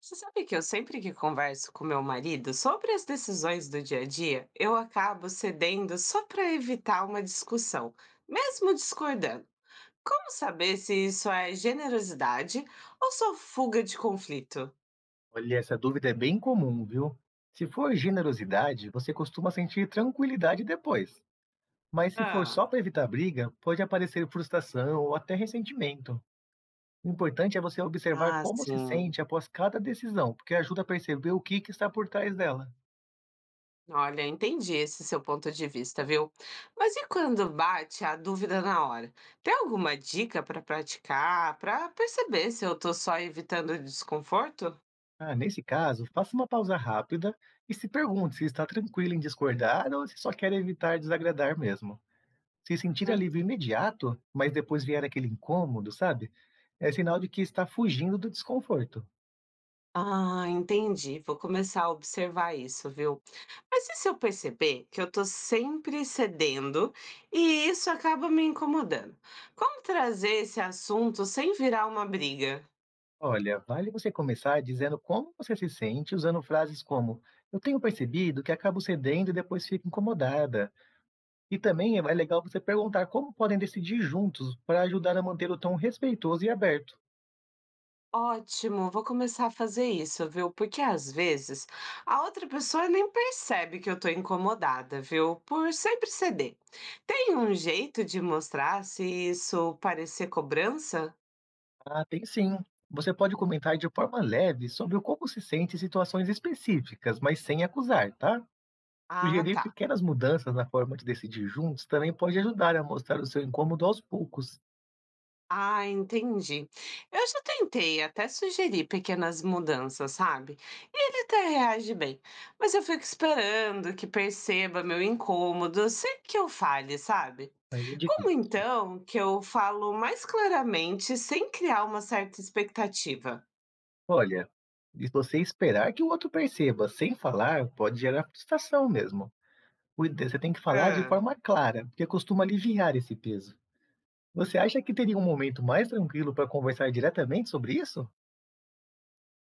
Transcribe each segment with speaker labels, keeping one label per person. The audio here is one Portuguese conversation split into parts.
Speaker 1: Você sabe que eu sempre que converso com meu marido sobre as decisões do dia a dia, eu acabo cedendo só para evitar uma discussão, mesmo discordando. Como saber se isso é generosidade ou só fuga de conflito?
Speaker 2: Olha, essa dúvida é bem comum, viu? Se for generosidade, você costuma sentir tranquilidade depois. Mas se for
Speaker 1: Ah,
Speaker 2: só para evitar briga, pode aparecer frustração ou até ressentimento. O importante é você observar como se
Speaker 1: sim.
Speaker 2: sente após cada decisão, porque ajuda a perceber o que que está por trás dela.
Speaker 1: Olha, entendi esse seu ponto de vista, viu? Mas e quando bate a dúvida na hora? Tem alguma dica para praticar, para perceber se eu tô só evitando desconforto?
Speaker 2: Ah, nesse caso, faça uma pausa rápida e se pergunte se está tranquilo em discordar ou se só quer evitar desagradar mesmo. Se sentir alívio imediato, mas depois vier aquele incômodo, sabe? É sinal de que está fugindo do desconforto.
Speaker 1: Ah, entendi. Vou começar a observar isso, viu? Mas e se eu perceber que eu tô sempre cedendo e isso acaba me incomodando? Como trazer esse assunto sem virar uma briga?
Speaker 2: Olha, vale você começar dizendo como você se sente, usando frases como: eu tenho percebido que acabo cedendo e depois fico incomodada. E também é legal você perguntar como podem decidir juntos para ajudar a manter o tom respeitoso e aberto.
Speaker 1: Ótimo, vou começar a fazer isso, viu? Porque às vezes a outra pessoa nem percebe que eu tô incomodada, viu? Por sempre ceder. Tem um jeito de mostrar se isso parecer cobrança?
Speaker 2: Ah, tem sim. Você pode comentar de forma leve sobre o como se sente em situações específicas, mas sem acusar, tá?
Speaker 1: Ah,
Speaker 2: Sugerir
Speaker 1: tá.
Speaker 2: pequenas mudanças na forma de decidir juntos também pode ajudar a mostrar o seu incômodo aos poucos.
Speaker 1: Ah, entendi. Eu já tentei até sugerir pequenas mudanças, sabe? E ele até reage bem. Mas eu fico esperando que perceba meu incômodo sem que eu fale, sabe?
Speaker 2: Aí é
Speaker 1: Como
Speaker 2: difícil.
Speaker 1: então que eu falo mais claramente sem criar uma certa expectativa?
Speaker 2: Olha, se você esperar que o outro perceba sem falar pode gerar frustração mesmo. Você tem que falar de
Speaker 1: Ah,
Speaker 2: forma clara, porque costuma aliviar esse peso. Você acha que teria um momento mais tranquilo para conversar diretamente sobre isso?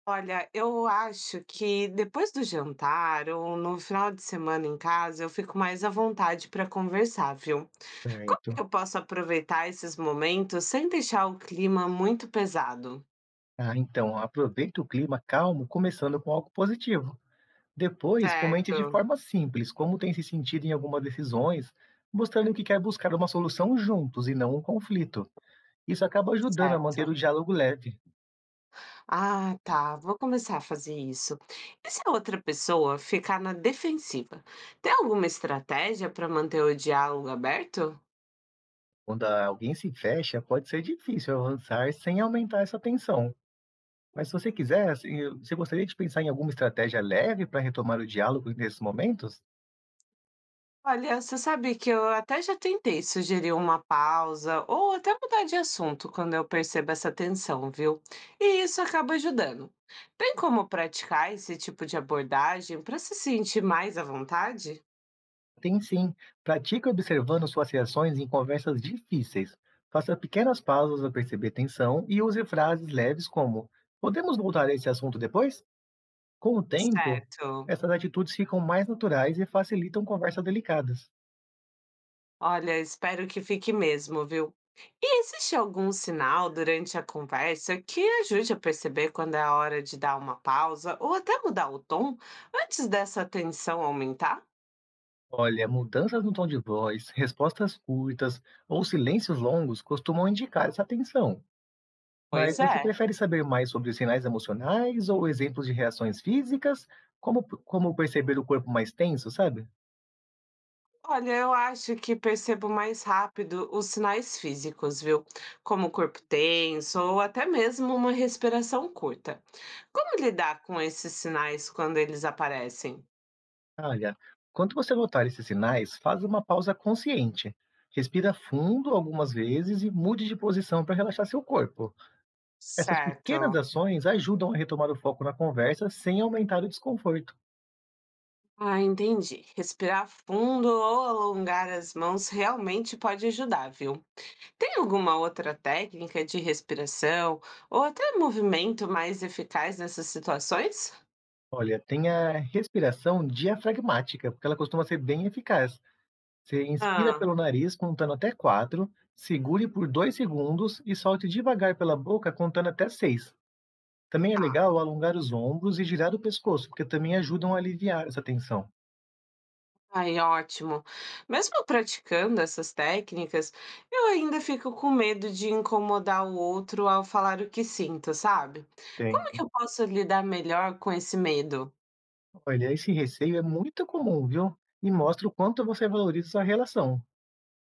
Speaker 1: Olha, eu acho que depois do jantar ou no final de semana em casa, eu fico mais à vontade para conversar, viu? Como que
Speaker 2: Certo.
Speaker 1: eu posso aproveitar esses momentos sem deixar o clima muito pesado?
Speaker 2: Ah, então, aproveite o clima calmo, começando com algo positivo. Depois, comente de
Speaker 1: Certo,
Speaker 2: forma simples como tem se sentido em algumas decisões, mostrando que quer buscar uma solução juntos e não um conflito. Isso acaba ajudando a manter
Speaker 1: certo.
Speaker 2: o diálogo leve.
Speaker 1: Ah, tá, vou começar a fazer isso. E se a outra pessoa ficar na defensiva? Tem alguma estratégia para manter o diálogo aberto?
Speaker 2: Alguém se fecha, pode ser difícil avançar sem aumentar essa tensão. Mas se você quiser, assim, você gostaria de pensar em alguma estratégia leve para retomar o diálogo nesses momentos?
Speaker 1: Olha, você sabe que eu até já tentei sugerir uma pausa ou até mudar de assunto quando eu percebo essa tensão, viu? E isso acaba ajudando. Tem como praticar esse tipo de abordagem para se sentir mais à vontade?
Speaker 2: Tem sim. Pratique observando suas reações em conversas difíceis. Faça pequenas pausas ao perceber tensão e use frases leves como: podemos voltar a esse assunto depois? Com o tempo,
Speaker 1: Certo.
Speaker 2: essas atitudes ficam mais naturais e facilitam conversas delicadas.
Speaker 1: Olha, espero que fique mesmo, viu? E existe algum sinal durante a conversa que ajude a perceber quando é a hora de dar uma pausa ou até mudar o tom antes dessa tensão aumentar?
Speaker 2: Olha, mudanças no tom de voz, respostas curtas ou silêncios longos costumam indicar essa tensão. Mas
Speaker 1: Pois
Speaker 2: você
Speaker 1: é.
Speaker 2: prefere saber mais sobre os sinais emocionais ou exemplos de reações físicas, como, como perceber o corpo mais tenso, sabe?
Speaker 1: Olha, eu acho que percebo mais rápido os sinais físicos, viu? Como o corpo tenso ou até mesmo uma respiração curta. Como lidar com esses sinais quando eles aparecem?
Speaker 2: Olha, quando você notar esses sinais, faz uma pausa consciente. Respira fundo algumas vezes e mude de posição para relaxar seu corpo. Essas pequenas
Speaker 1: Certo.
Speaker 2: ações ajudam a retomar o foco na conversa sem aumentar o desconforto.
Speaker 1: Ah, entendi. Respirar fundo ou alongar as mãos realmente pode ajudar, viu? Tem alguma outra técnica de respiração ou até movimento mais eficaz nessas situações?
Speaker 2: Olha, tem a respiração diafragmática, porque ela costuma ser bem eficaz. Você inspira
Speaker 1: Ah,
Speaker 2: pelo nariz contando até 4, segure por 2 segundos e solte devagar pela boca contando até 6. Também é
Speaker 1: tá.
Speaker 2: legal alongar os ombros e girar o pescoço, porque também ajudam a aliviar essa tensão.
Speaker 1: Ai, ótimo. Mesmo praticando essas técnicas, eu ainda fico com medo de incomodar o outro ao falar o que sinto, sabe?
Speaker 2: Tem.
Speaker 1: Como que eu posso lidar melhor com esse medo?
Speaker 2: Olha, esse receio é muito comum, viu? E mostra o quanto você valoriza sua relação.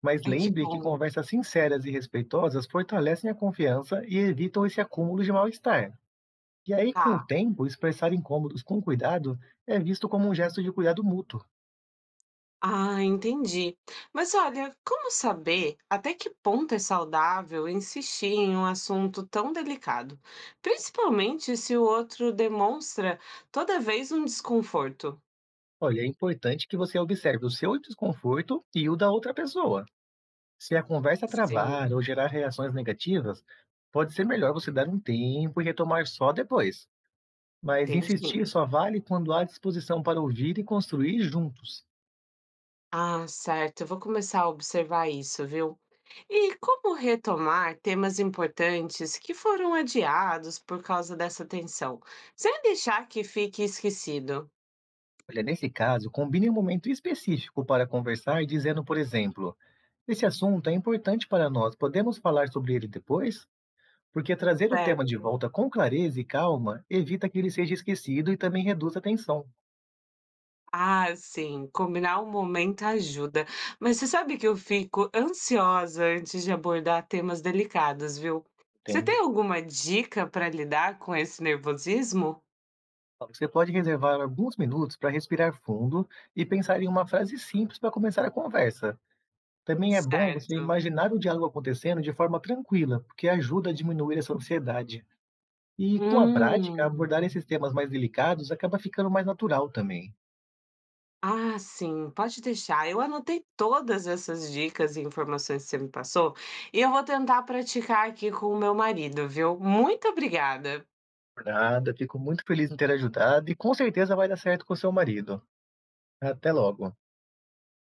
Speaker 2: Mas
Speaker 1: Ai, que
Speaker 2: lembre que
Speaker 1: bom.
Speaker 2: conversas sinceras e respeitosas fortalecem a confiança e evitam esse acúmulo de mal-estar. E aí, com o
Speaker 1: Tá.
Speaker 2: tempo, expressar incômodos com cuidado é visto como um gesto de cuidado mútuo.
Speaker 1: Ah, entendi. Mas olha, como saber até que ponto é saudável insistir em um assunto tão delicado? Principalmente se o outro demonstra toda vez um desconforto.
Speaker 2: Olha, é importante que você observe o seu desconforto e o da outra pessoa. Se a conversa
Speaker 1: Sim,
Speaker 2: travar ou gerar reações negativas, pode ser melhor você dar um tempo e retomar só depois. Mas
Speaker 1: entendi.
Speaker 2: insistir só vale quando há disposição para ouvir e construir juntos.
Speaker 1: Ah, certo. Eu vou começar a observar isso, viu? E como retomar temas importantes que foram adiados por causa dessa tensão, sem deixar que fique esquecido?
Speaker 2: Olha, nesse caso, combine um momento específico para conversar, dizendo, por exemplo, esse assunto é importante para nós, podemos falar sobre ele depois? Porque trazer o tema de
Speaker 1: Certo.
Speaker 2: volta com clareza e calma evita que ele seja esquecido e também reduz a tensão,
Speaker 1: Ah, sim, combinar o momento ajuda. Mas você sabe que eu fico ansiosa antes de abordar temas delicados, viu? Você tem
Speaker 2: entende?
Speaker 1: alguma dica para lidar com esse nervosismo?
Speaker 2: Você pode reservar alguns minutos para respirar fundo e pensar em uma frase simples para começar a conversa. Também é bom você
Speaker 1: Certo.
Speaker 2: imaginar o diálogo acontecendo de forma tranquila, porque ajuda a diminuir essa ansiedade. E com a prática,
Speaker 1: Hum.
Speaker 2: abordar esses temas mais delicados acaba ficando mais natural também.
Speaker 1: Ah, sim, pode deixar. Eu anotei todas essas dicas e informações que você me passou, e eu vou tentar praticar aqui com o meu marido, viu? Muito obrigada.
Speaker 2: Por nada, fico muito feliz em ter ajudado e com certeza vai dar certo com seu marido. Até logo.